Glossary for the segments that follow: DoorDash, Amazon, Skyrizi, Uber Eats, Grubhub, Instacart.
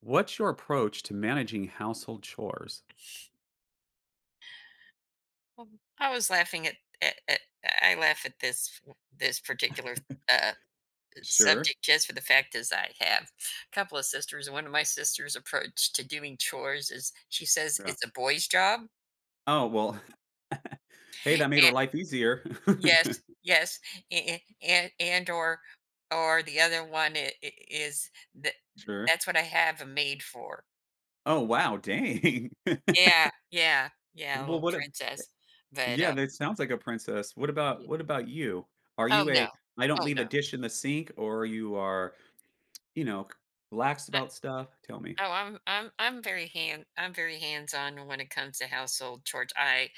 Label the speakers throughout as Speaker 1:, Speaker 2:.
Speaker 1: What's your approach to managing household chores?
Speaker 2: Well, I was laughing at I laugh at this particular uh,
Speaker 1: Sure.
Speaker 2: subject just for the fact is I have a couple of sisters, and one of my sisters' approach to doing chores is she says
Speaker 1: Yeah.
Speaker 2: it's a boy's job.
Speaker 1: Oh, well, hey, that made
Speaker 2: And
Speaker 1: her life easier.
Speaker 2: yes, yes, and or the other one is that
Speaker 1: Sure.
Speaker 2: that's what I have a maid for.
Speaker 1: Oh, wow, dang.
Speaker 2: Yeah, yeah, yeah, a
Speaker 1: Well,
Speaker 2: little
Speaker 1: what a
Speaker 2: princess. But
Speaker 1: Yeah, that sounds like a princess.
Speaker 2: y-
Speaker 1: What about you? Are
Speaker 2: oh
Speaker 1: you
Speaker 2: no,
Speaker 1: a I don't
Speaker 2: oh
Speaker 1: leave a
Speaker 2: no.
Speaker 1: dish in the sink," or you are, you know, relaxed about stuff? Tell me.
Speaker 2: Oh, I'm very hands-on when it comes to household chores.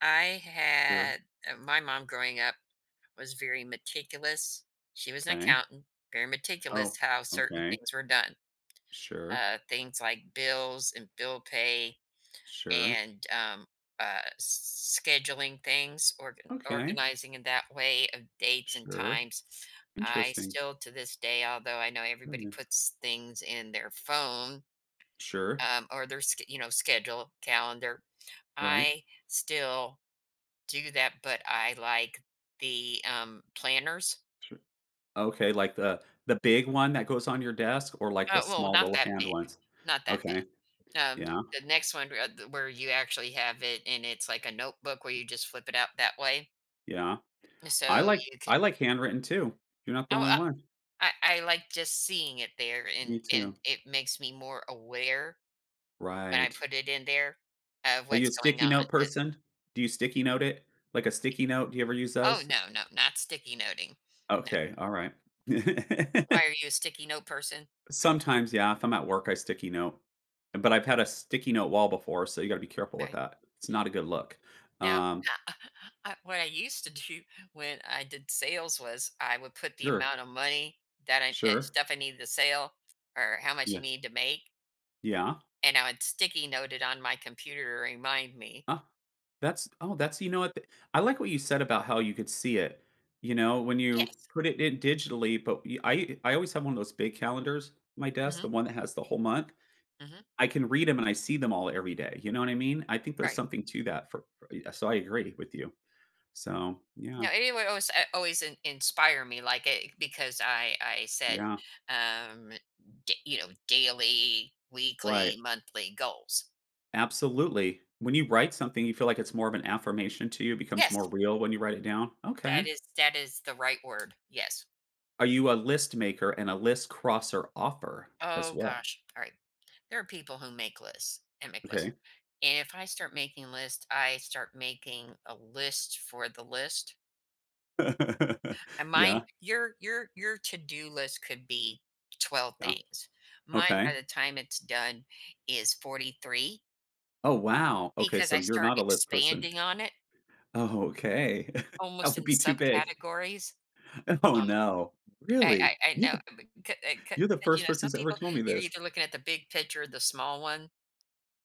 Speaker 2: I
Speaker 1: Sure.
Speaker 2: had my mom growing up was very meticulous. She was an
Speaker 1: Okay.
Speaker 2: accountant, very meticulous
Speaker 1: Oh,
Speaker 2: how certain
Speaker 1: okay.
Speaker 2: things were done.
Speaker 1: Sure.
Speaker 2: Things like bills and bill pay
Speaker 1: Sure.
Speaker 2: and scheduling things,
Speaker 1: Okay.
Speaker 2: organizing in that way of dates and
Speaker 1: Sure.
Speaker 2: times. I
Speaker 1: Interesting.
Speaker 2: still to this day, although I know everybody
Speaker 1: Really.
Speaker 2: puts things in their phone,
Speaker 1: Sure.
Speaker 2: or their schedule, calendar.
Speaker 1: Right.
Speaker 2: I still do that, but I like the, planners.
Speaker 1: Sure. Okay, like the big one that goes on your desk or like the
Speaker 2: Well,
Speaker 1: small
Speaker 2: not
Speaker 1: little
Speaker 2: that
Speaker 1: hand
Speaker 2: big,
Speaker 1: ones?
Speaker 2: not that
Speaker 1: Okay,
Speaker 2: big.
Speaker 1: yeah,
Speaker 2: The next one where the where you actually have it and it's like a notebook where you just flip it out that way,
Speaker 1: yeah. I
Speaker 2: so
Speaker 1: like
Speaker 2: you
Speaker 1: I
Speaker 2: can
Speaker 1: like handwritten too. You're not the
Speaker 2: oh,
Speaker 1: only one.
Speaker 2: I I I like just seeing it there,
Speaker 1: Me
Speaker 2: and
Speaker 1: too.
Speaker 2: it makes me more aware when I
Speaker 1: Right.
Speaker 2: put it in there of
Speaker 1: Are you
Speaker 2: what's
Speaker 1: a
Speaker 2: going
Speaker 1: sticky
Speaker 2: on,
Speaker 1: note
Speaker 2: 'cause
Speaker 1: person? Do you sticky note it? Like a sticky note? Do you ever use
Speaker 2: oh,
Speaker 1: those?
Speaker 2: no, no, not sticky noting.
Speaker 1: Okay, all right.
Speaker 2: Why are you a sticky note person?
Speaker 1: Sometimes, yeah, if I'm at work, I sticky note. But I've had a sticky note wall before, so you got to be careful with
Speaker 2: Right.
Speaker 1: that. It's not a good look.
Speaker 2: Now,
Speaker 1: Um,
Speaker 2: what I used to do when I did sales was I would put the
Speaker 1: sure,
Speaker 2: amount of money that I
Speaker 1: sure.
Speaker 2: stuff I needed to sell or how much I
Speaker 1: Yeah,
Speaker 2: need to make,
Speaker 1: yeah.
Speaker 2: and I would sticky note it on my computer to remind me.
Speaker 1: Huh. That's oh, that's you know what? Th- I like what you said about how you could see it. You know, when you
Speaker 2: Yes.
Speaker 1: put it in digitally, but y- I always have one of those big calendars on my desk,
Speaker 2: Hmm,
Speaker 1: the one that has the whole month.
Speaker 2: hmm.
Speaker 1: I can read them and I see them all every day. You know what I mean? I think there's
Speaker 2: Right.
Speaker 1: something to that for- yeah, so I agree with you. So, yeah.
Speaker 2: Now it would always inspire me, like it because I set
Speaker 1: Yeah.
Speaker 2: um you know, daily, weekly,
Speaker 1: Right.
Speaker 2: monthly goals.
Speaker 1: Absolutely. When you write something, you feel like it's more of an affirmation to you, it becomes more
Speaker 2: Yes.
Speaker 1: real when you write it down.
Speaker 2: That
Speaker 1: Okay.
Speaker 2: is that is the right word, yes.
Speaker 1: Are you a list maker and a list crosser offer as
Speaker 2: Oh
Speaker 1: well?
Speaker 2: gosh, alright. There are people who make lists.
Speaker 1: Okay.
Speaker 2: And if I start making lists, I start making a list for the list. And mine,
Speaker 1: Yeah,
Speaker 2: your to-do list could be 12
Speaker 1: yeah,
Speaker 2: things. Mine
Speaker 1: okay.
Speaker 2: by the time it's done is 43
Speaker 1: Oh, wow. Okay,
Speaker 2: because
Speaker 1: so
Speaker 2: I
Speaker 1: you're
Speaker 2: start
Speaker 1: not a list person.
Speaker 2: expanding on it
Speaker 1: Oh, okay. That
Speaker 2: almost
Speaker 1: would
Speaker 2: in the
Speaker 1: be too big.
Speaker 2: subcategories.
Speaker 1: Oh,
Speaker 2: Um,
Speaker 1: no.
Speaker 2: I
Speaker 1: Really?
Speaker 2: I know, b c c
Speaker 1: You're the
Speaker 2: You
Speaker 1: first
Speaker 2: know,
Speaker 1: person
Speaker 2: some
Speaker 1: who's ever
Speaker 2: people,
Speaker 1: told me
Speaker 2: you're
Speaker 1: this.
Speaker 2: either looking at the big picture or the small one.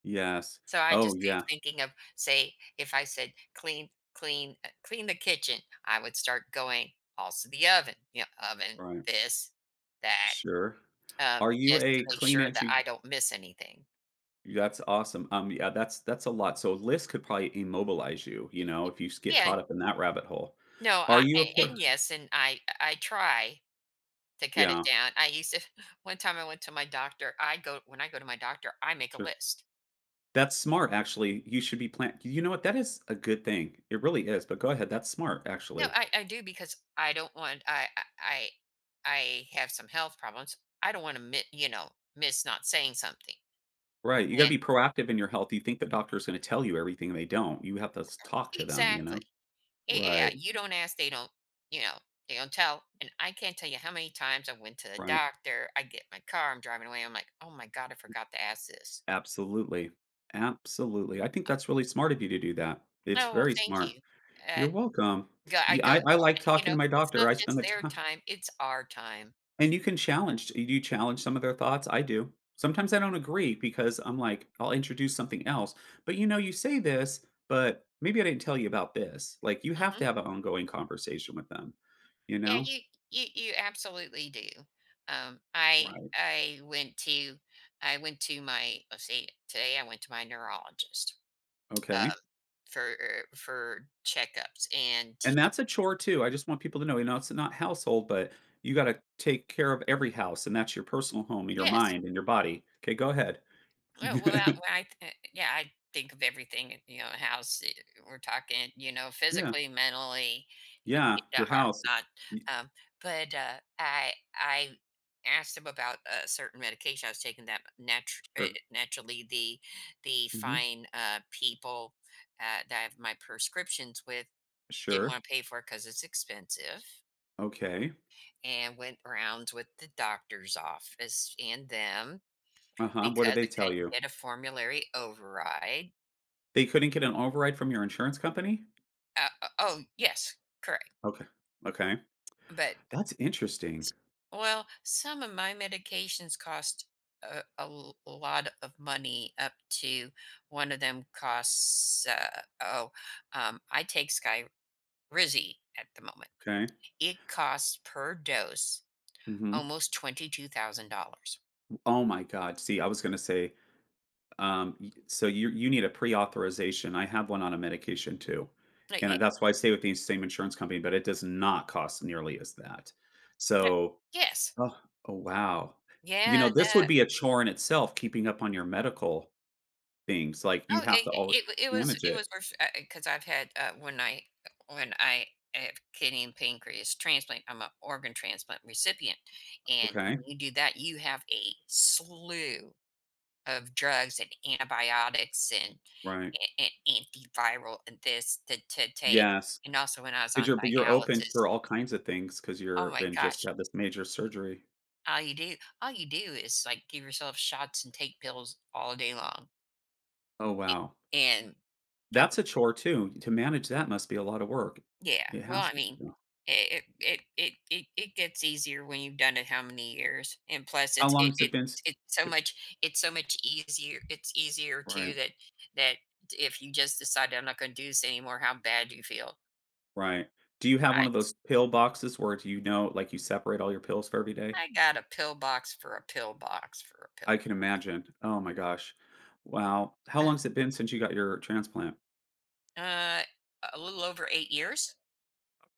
Speaker 1: Yes.
Speaker 2: So I
Speaker 1: Oh,
Speaker 2: just keep
Speaker 1: yeah,
Speaker 2: thinking of, say, if I said clean the kitchen, I would start going also the oven, you know, oven,
Speaker 1: right.
Speaker 2: this, that,
Speaker 1: Sure. Are you
Speaker 2: just to
Speaker 1: a
Speaker 2: make sure
Speaker 1: Kleenex
Speaker 2: that
Speaker 1: you
Speaker 2: I don't miss anything.
Speaker 1: that's awesome. Yeah, that's a lot. So, list could probably immobilize you, you know, if you s get
Speaker 2: Yeah,
Speaker 1: caught
Speaker 2: and
Speaker 1: up in that rabbit hole.
Speaker 2: no,
Speaker 1: Are you a
Speaker 2: and
Speaker 1: per
Speaker 2: yes, and I try to cut it
Speaker 1: Yeah,
Speaker 2: down. I used to one time I went to my doctor. I go When I go to my doctor, I make a
Speaker 1: sure.
Speaker 2: list.
Speaker 1: That's smart, actually. You should be plan you know what? That is a good thing. It really is, but go ahead. That's smart,
Speaker 2: No,
Speaker 1: actually.
Speaker 2: I do because I have some health problems. I don't want to you know, miss not saying something.
Speaker 1: Right, you gotta
Speaker 2: And
Speaker 1: be proactive in your health. You think the doctor's gonna tell you everything, they don't. You have to s talk to them, you
Speaker 2: exactly.
Speaker 1: know?
Speaker 2: Yeah,
Speaker 1: Right,
Speaker 2: you don't ask, they don't, you know, they don't tell. And I can't tell you how many times I went to the
Speaker 1: right.
Speaker 2: doctor, I get in my car, I'm driving away, I'm like, oh my God, I forgot to ask this.
Speaker 1: Absolutely. Absolutely. I think that's really smart of you to do that. It's
Speaker 2: Oh, well,
Speaker 1: very
Speaker 2: thank
Speaker 1: smart.
Speaker 2: you. Uh,
Speaker 1: You're welcome.
Speaker 2: I
Speaker 1: Yeah,
Speaker 2: go,
Speaker 1: I
Speaker 2: well,
Speaker 1: like
Speaker 2: you
Speaker 1: talking to
Speaker 2: know,
Speaker 1: my
Speaker 2: it's
Speaker 1: doctor.
Speaker 2: not
Speaker 1: I spend
Speaker 2: just
Speaker 1: the
Speaker 2: their
Speaker 1: time.
Speaker 2: time, it's our time.
Speaker 1: And you can challenge you do challenge some of their thoughts, I do. Sometimes I don't agree because I'm like, I'll introduce something else, but, you know, you say this, but maybe I didn't tell you about this. Like, you have to
Speaker 2: Hmm.
Speaker 1: have an ongoing conversation with them, you
Speaker 2: Yeah,
Speaker 1: know?
Speaker 2: you, you absolutely do. Um, I,
Speaker 1: Right,
Speaker 2: I went to, I went to my, let's see, today I went to my neurologist, um,
Speaker 1: okay.
Speaker 2: for checkups, and
Speaker 1: And that's a chore too, I just want people to know, you know, it's not household, but you gotta take care of every house, and that's your personal home, your
Speaker 2: yes.
Speaker 1: mind, and your body. Okay. go ahead.
Speaker 2: Yeah, I think of everything. You know, house. We're talking. You know,
Speaker 1: Yeah,
Speaker 2: physically, mentally,
Speaker 1: yeah,
Speaker 2: the
Speaker 1: your
Speaker 2: heart.
Speaker 1: house.
Speaker 2: Not.
Speaker 1: Y
Speaker 2: Um, I asked him about a certain medication I was taking that
Speaker 1: sure,
Speaker 2: naturally the
Speaker 1: mhm,
Speaker 2: fine people that I have my prescriptions with didn't
Speaker 1: sure,
Speaker 2: want to pay for it because it's expensive.
Speaker 1: okay,
Speaker 2: And went rounds with the doctor's office and them
Speaker 1: uh-huh, what do
Speaker 2: because
Speaker 1: they
Speaker 2: I
Speaker 1: tell
Speaker 2: couldn't
Speaker 1: you?
Speaker 2: get a formulary override.
Speaker 1: They couldn't get an override from your insurance company?
Speaker 2: Oh, yes, correct.
Speaker 1: Okay. Okay.
Speaker 2: But,
Speaker 1: That's interesting.
Speaker 2: well, some of my medications cost a lot of money, up to one of them costs, I take Skyrizi at the moment.
Speaker 1: Okay.
Speaker 2: It costs per dose
Speaker 1: Mhm.
Speaker 2: almost $22,000.
Speaker 1: Oh my god. See, I was gonna say, y so you need a pre-authorization. I have one on a medication too,
Speaker 2: Yeah.
Speaker 1: and that's why I stay with the same insurance company, but it does not cost nearly as that.
Speaker 2: Yeah.
Speaker 1: So
Speaker 2: Yes.
Speaker 1: oh, oh, wow. You
Speaker 2: Yeah.
Speaker 1: know, this would be a chore in itself keeping up on your medical things, like, you
Speaker 2: Oh,
Speaker 1: have
Speaker 2: it
Speaker 1: to always
Speaker 2: it it was
Speaker 1: manage
Speaker 2: it was
Speaker 1: it.
Speaker 2: worth because 'cause I've had, when I have kidney and pancreas transplant, I'm an organ transplant recipient, and
Speaker 1: Okay.
Speaker 2: when you do that, you have a slew of drugs and antibiotics and
Speaker 1: Right.
Speaker 2: a antiviral and this to take,
Speaker 1: Yes.
Speaker 2: and also when I was
Speaker 1: 'Cause
Speaker 2: on
Speaker 1: you're but you're open
Speaker 2: dialysis,
Speaker 1: for all kinds of things, because 'cause
Speaker 2: oh
Speaker 1: you're
Speaker 2: my
Speaker 1: been just
Speaker 2: gosh,
Speaker 1: had this major surgery.
Speaker 2: all you do is, like, give yourself shots and take pills all day long,
Speaker 1: Oh,
Speaker 2: a
Speaker 1: wow.
Speaker 2: and, uh,
Speaker 1: That's a chore too. To manage that must be a lot of work.
Speaker 2: yeah.
Speaker 1: It
Speaker 2: Well,
Speaker 1: has
Speaker 2: I
Speaker 1: to
Speaker 2: mean,
Speaker 1: yeah.
Speaker 2: it gets easier when you've done it how many years, and plus,
Speaker 1: How long has it
Speaker 2: it
Speaker 1: been s
Speaker 2: it's so much, it's so much easier. It's easier too
Speaker 1: Right,
Speaker 2: that that if you just decide I'm not going to do this anymore, how bad you feel.
Speaker 1: right. Do you have
Speaker 2: I
Speaker 1: one of those pill boxes where do you know like, you separate all your pills for every day?
Speaker 2: I got a pill box for a pill box for a
Speaker 1: I
Speaker 2: pill.
Speaker 1: can imagine. Oh my gosh. Wow. How
Speaker 2: Uh,
Speaker 1: long has it been since you got your transplant?
Speaker 2: uh, a little over 8 years,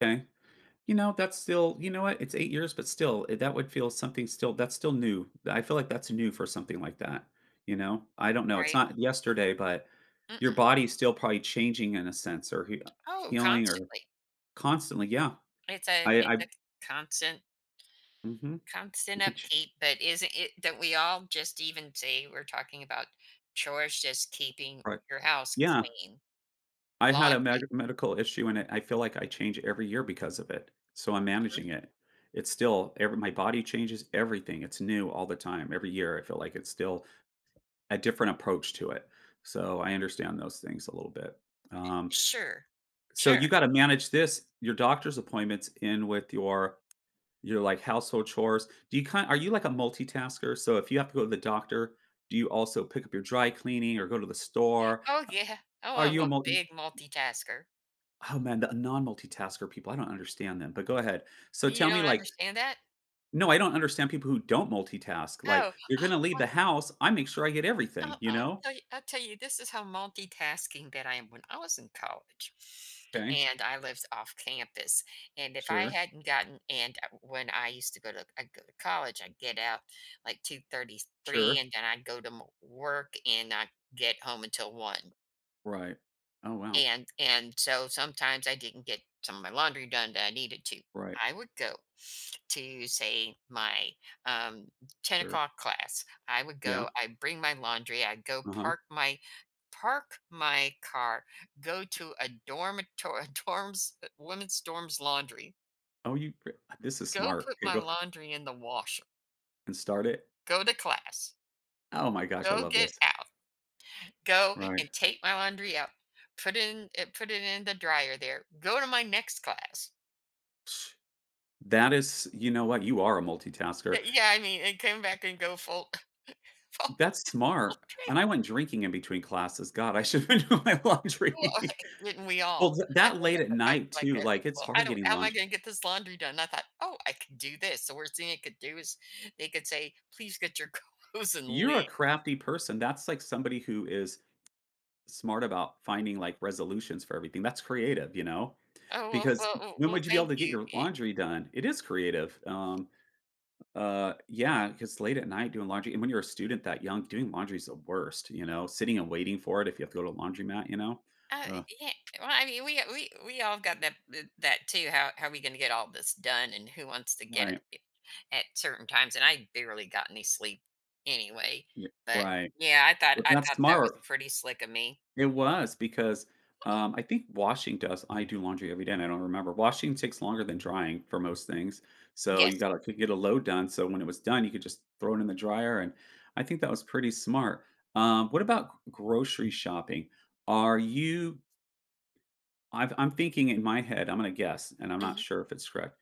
Speaker 1: Okay. You know, that's still you know what? It's 8 years, but still, eh, that would feel something still that's still new. I feel like that's new for something like that, you know? I don't know, it's
Speaker 2: right?
Speaker 1: not yesterday, but your
Speaker 2: Mm-mm.
Speaker 1: body's still probably changing in a sense or he
Speaker 2: Oh,
Speaker 1: healing or
Speaker 2: constantly.
Speaker 1: constantly, yeah. I
Speaker 2: It's
Speaker 1: I
Speaker 2: a constant,
Speaker 1: mhm.
Speaker 2: constant
Speaker 1: You could ch
Speaker 2: upkeep. But isn't it that we all just even say we're talking about chores, just keeping
Speaker 1: right.
Speaker 2: your house
Speaker 1: Yeah.
Speaker 2: clean,
Speaker 1: I had a med
Speaker 2: laundry.
Speaker 1: medical issue, and I feel like I change every year because of it, so I'm
Speaker 2: Mhm.
Speaker 1: managing it. It's still every my body changes everything. It's new all the time. Every year, I feel like it's still A different approach to it. So I understand those things a little bit. Um,
Speaker 2: Sure,
Speaker 1: so you
Speaker 2: sure.
Speaker 1: gotta manage this, your doctor's appointments in with your, like, household chores. Do you kind are you like a multitasker? So if you have to go to the doctor, do you also pick up your dry cleaning or go to the store?
Speaker 2: Oh, yeah. Oh,
Speaker 1: Are
Speaker 2: I'm
Speaker 1: you a
Speaker 2: a
Speaker 1: multi
Speaker 2: big multitasker.
Speaker 1: oh, man, the non-multitasker people, I don't understand them, but go ahead. So
Speaker 2: You
Speaker 1: tell me,
Speaker 2: don't
Speaker 1: like
Speaker 2: understand that?
Speaker 1: no, I don't understand people who don't multitask, like,
Speaker 2: Oh.
Speaker 1: "You're gonna leave the house, I make sure I get everything," you know?
Speaker 2: I'll tell you, this is how multitasking that I am. When I was in college,
Speaker 1: Okay.
Speaker 2: and I lived off campus, and if I
Speaker 1: Sure.
Speaker 2: hadn't gotten, and when I used to I go to college, I'd get out like two thirty three,
Speaker 1: Sure.
Speaker 2: and then I'd go to work, and I would get home until one,
Speaker 1: Right. Oh, wow.
Speaker 2: and so sometimes I didn't get some of my laundry done that I needed to.
Speaker 1: Right.
Speaker 2: I would go to say my um, ten
Speaker 1: Sure.
Speaker 2: o'clock class. I would
Speaker 1: Yeah.
Speaker 2: go. I bring my laundry. I go
Speaker 1: Uh-huh.
Speaker 2: park my car. Go to a dormitory, dorms, women's dorms laundry.
Speaker 1: Oh, you pr this is
Speaker 2: Go
Speaker 1: smart.
Speaker 2: put
Speaker 1: You
Speaker 2: my
Speaker 1: go
Speaker 2: laundry in the washer.
Speaker 1: and start it.
Speaker 2: Go to class.
Speaker 1: Oh my gosh, I
Speaker 2: Go
Speaker 1: love this.
Speaker 2: get out. Go
Speaker 1: Right.
Speaker 2: and take my laundry out. Put it in. Put it in the dryer there. Go to my next class.
Speaker 1: Psh, That is you know what? You are a multitasker.
Speaker 2: But, yeah, I mean, it came back and go full full
Speaker 1: That's smart. And
Speaker 2: tree.
Speaker 1: I went drinking in between classes. God, I should have been doing my
Speaker 2: Well,
Speaker 1: laundry.
Speaker 2: didn't we
Speaker 1: Well,
Speaker 2: all?
Speaker 1: th
Speaker 2: I
Speaker 1: that
Speaker 2: think
Speaker 1: late
Speaker 2: that's
Speaker 1: at
Speaker 2: like,
Speaker 1: night too, like, it's
Speaker 2: "Well, I
Speaker 1: hard
Speaker 2: don't,
Speaker 1: getting
Speaker 2: how am I
Speaker 1: laundry.
Speaker 2: gonna get this laundry done?" I thought, "Oh, I could do this." The worst thing I could do is they could say, "Please get your clothes and
Speaker 1: You're a
Speaker 2: leave."
Speaker 1: crafty person. That's like somebody who is smart about finding, like, resolutions for everything. That's creative, you know?
Speaker 2: "Oh,
Speaker 1: Because when
Speaker 2: well,
Speaker 1: would you be able
Speaker 2: thank
Speaker 1: to get
Speaker 2: you."
Speaker 1: your laundry done? It is creative. Yeah, 'cause late at night doing laundry and when you're a student that young, doing laundry is the worst, you know? Sitting and waiting for it if you have to go to a laundromat, you know?
Speaker 2: Uh,
Speaker 1: Uh,
Speaker 2: yeah. Well, I mean, we all got that that too. How are we going to get all this done, and who wants to get
Speaker 1: right.
Speaker 2: it at certain times? And I barely got any sleep anyway.
Speaker 1: Yeah,
Speaker 2: But
Speaker 1: right.
Speaker 2: yeah,
Speaker 1: But
Speaker 2: I
Speaker 1: that's
Speaker 2: thought that was
Speaker 1: smart.
Speaker 2: pretty slick of me.
Speaker 1: It was because, I think washing does I do laundry every day, and I don't remember. Washing takes longer than drying for most things, so you
Speaker 2: Yes,
Speaker 1: gotta get a load done, so when it was done, you could just throw it in the dryer, and I think that was pretty smart. What about grocery shopping? Are you I've I'm thinking in my head, I'm gonna guess, and I'm not
Speaker 2: hmm.
Speaker 1: sure if it's correct.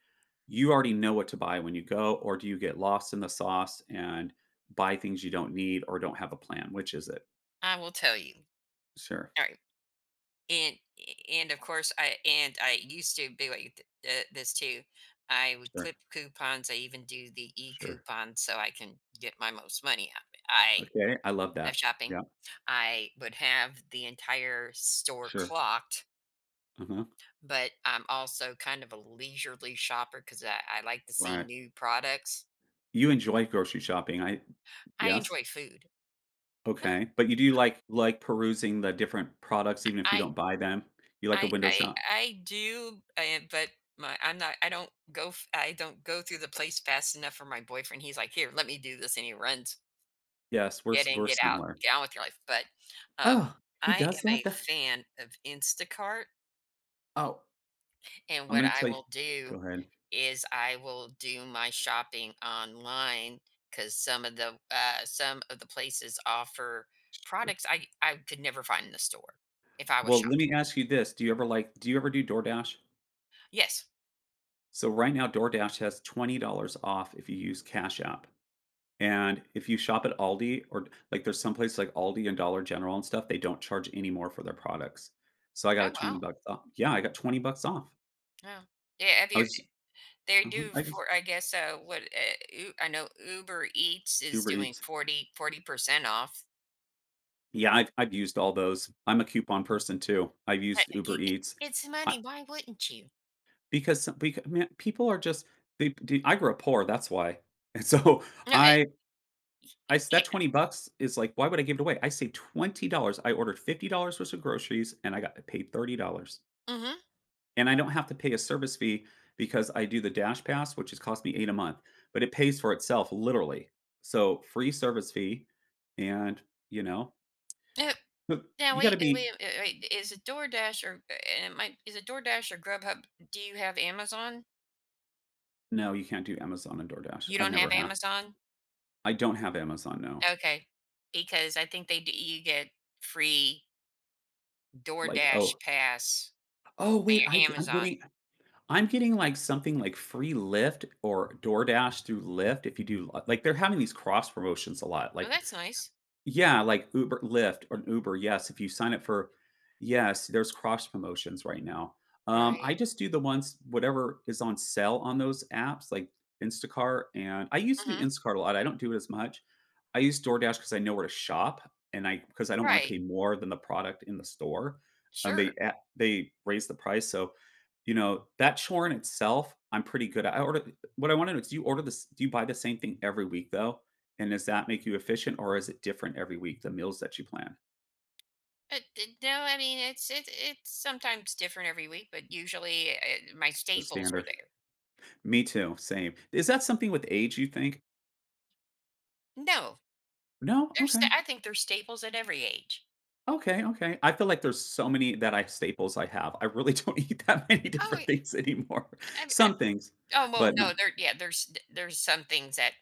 Speaker 1: You already know what to buy when you go, or do you get lost in the sauce and buy things you don't need or don't have a plan? Which is it?
Speaker 2: I will tell you.
Speaker 1: Sure,
Speaker 2: All right, and and of course I used to be like this too. I would clip
Speaker 1: sure,
Speaker 2: coupons. I even do the e
Speaker 1: sure.
Speaker 2: coupon so I can get my most money out. Of it. I
Speaker 1: Okay, I love that.
Speaker 2: of shopping.
Speaker 1: Yeah,
Speaker 2: I would have the entire store
Speaker 1: sure.
Speaker 2: clocked,
Speaker 1: Uh-huh,
Speaker 2: but I'm also kind of a leisurely shopper because I like to see
Speaker 1: right.
Speaker 2: new products.
Speaker 1: You enjoy grocery shopping, I
Speaker 2: I
Speaker 1: yes?
Speaker 2: enjoy food.
Speaker 1: Okay, but you do like perusing the different products even if you
Speaker 2: I
Speaker 1: don't buy them? You like to
Speaker 2: I
Speaker 1: window
Speaker 2: I
Speaker 1: shop?
Speaker 2: I do, and but my I'm not. I don't go. I don't go through the place fast enough for my boyfriend. He's like, here, let me do this, and he runs.
Speaker 1: Yes, we're
Speaker 2: Get
Speaker 1: s
Speaker 2: in,
Speaker 1: we're
Speaker 2: get out,
Speaker 1: similar.
Speaker 2: get on with your life. But um,
Speaker 1: Oh, he
Speaker 2: I
Speaker 1: does
Speaker 2: am
Speaker 1: that?
Speaker 2: a
Speaker 1: Tha
Speaker 2: fan of Instacart.
Speaker 1: oh,
Speaker 2: And
Speaker 1: I'm
Speaker 2: what
Speaker 1: gonna
Speaker 2: I
Speaker 1: tell you
Speaker 2: will do
Speaker 1: go ahead.
Speaker 2: is I will do my shopping online because some of the places offer products I could never find in the store if I was
Speaker 1: Well, let
Speaker 2: shopping.
Speaker 1: me ask you this, do you ever, like do you ever do DoorDash?
Speaker 2: Yes.
Speaker 1: So, right now, DoorDash has $20 off if you use Cash App. And if you shop at Aldi or like there's some places like Aldi and Dollar General and stuff, they don't charge any more for their products. So I got
Speaker 2: Oh
Speaker 1: a 20
Speaker 2: wow.
Speaker 1: bucks off. Yeah, I got 20 bucks off.
Speaker 2: Yeah. Yeah. Have
Speaker 1: I
Speaker 2: you?
Speaker 1: was
Speaker 2: They
Speaker 1: uh-huh,
Speaker 2: do
Speaker 1: I just
Speaker 2: for I guess I know Uber Eats is
Speaker 1: Uber
Speaker 2: doing
Speaker 1: Eats.
Speaker 2: 40% off.
Speaker 1: Yeah, I've used all those. I'm a coupon person too. I've
Speaker 2: Uh,
Speaker 1: used Uber
Speaker 2: y-
Speaker 1: Eats.
Speaker 2: It's
Speaker 1: I,
Speaker 2: money. Why wouldn't you?
Speaker 1: because man, people are just they d- I grew up poor, that's why. And so
Speaker 2: No.
Speaker 1: I I s-
Speaker 2: Yeah.
Speaker 1: that 20 bucks is like why would I give it away? I saved $20. I ordered $50 worth of groceries and I got paid $30.
Speaker 2: Mm-hmm.
Speaker 1: And I don't have to pay a service fee because I do the Dash Pass, which has cost me 8 a month, but it pays for itself literally. So, free service fee and, you know, but
Speaker 2: Now
Speaker 1: you gotta
Speaker 2: wait,
Speaker 1: be
Speaker 2: wait. Is it DoorDash or and it might is it DoorDash or Grubhub? Do you have Amazon?
Speaker 1: no, you can't do Amazon and DoorDash.
Speaker 2: You
Speaker 1: I've
Speaker 2: don't
Speaker 1: never
Speaker 2: have
Speaker 1: had.
Speaker 2: Amazon?
Speaker 1: I don't have Amazon, no.
Speaker 2: Okay, because I think they do, you get free
Speaker 1: Like, oh
Speaker 2: DoorDash pass
Speaker 1: oh,
Speaker 2: on
Speaker 1: wait, I
Speaker 2: your
Speaker 1: g
Speaker 2: Amazon.
Speaker 1: I'm getting, like, something like free Lyft or DoorDash through Lyft if you do, like, they're having these cross promotions a lot,
Speaker 2: Well,
Speaker 1: like
Speaker 2: that's nice,
Speaker 1: Yeah, like Uber, Lyft, or Uber. Yes, if you sign up for yes, there's cross promotions right now. I
Speaker 2: right?
Speaker 1: just do the ones whatever is on sale on those apps, like Instacart, and I used to do
Speaker 2: Hmm.
Speaker 1: Instacart a lot. I don't do it as much. I use DoorDash because I know where to shop, and I because I don't want to
Speaker 2: Right,
Speaker 1: pay more than the product in the store. They
Speaker 2: sure.
Speaker 1: a- they raise the price, so you know, that chore in itself, I'm pretty good at. I order what I wanna know is do you order this do you buy the same thing every week though? And does that make you efficient or is it different every week, the meals that you plan?
Speaker 2: But No, I mean it's sometimes different every week, but usually my
Speaker 1: The
Speaker 2: staples are
Speaker 1: standard.
Speaker 2: there.
Speaker 1: Me too, same. Is that something with age you think?
Speaker 2: No,
Speaker 1: No? Okay.
Speaker 2: I think there's staples at every age.
Speaker 1: Okay, okay. I feel like there's so many that I staples I have. I really don't eat that many
Speaker 2: Oh,
Speaker 1: different
Speaker 2: yeah,
Speaker 1: things anymore.
Speaker 2: I,
Speaker 1: Some things,
Speaker 2: Oh, well,
Speaker 1: but
Speaker 2: no,
Speaker 1: not
Speaker 2: there's some things that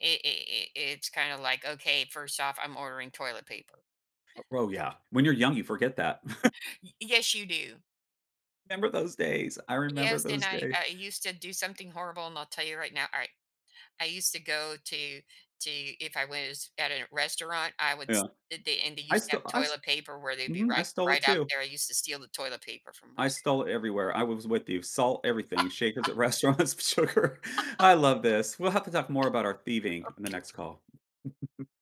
Speaker 2: it's kind of like, okay, first off, I'm ordering toilet paper.
Speaker 1: oh, yeah. When you're young, you forget that.
Speaker 2: Yes, you do.
Speaker 1: Remember those days. I remember
Speaker 2: Yes, and
Speaker 1: those days.
Speaker 2: I used to do something horrible, and I'll tell you right now. All right, I used to go to to if I was at a restaurant,
Speaker 1: Yeah.
Speaker 2: they, and they
Speaker 1: I
Speaker 2: used to
Speaker 1: sto
Speaker 2: have
Speaker 1: I s
Speaker 2: toilet paper where they'd be
Speaker 1: mhm, I stole it
Speaker 2: right out
Speaker 1: too.
Speaker 2: there. I used to steal the toilet paper from
Speaker 1: I
Speaker 2: restaurants.
Speaker 1: stole it everywhere. I was with you. Salt everything, shakers at restaurants, sugar. I love this. We'll have to talk more about our thieving in the next call.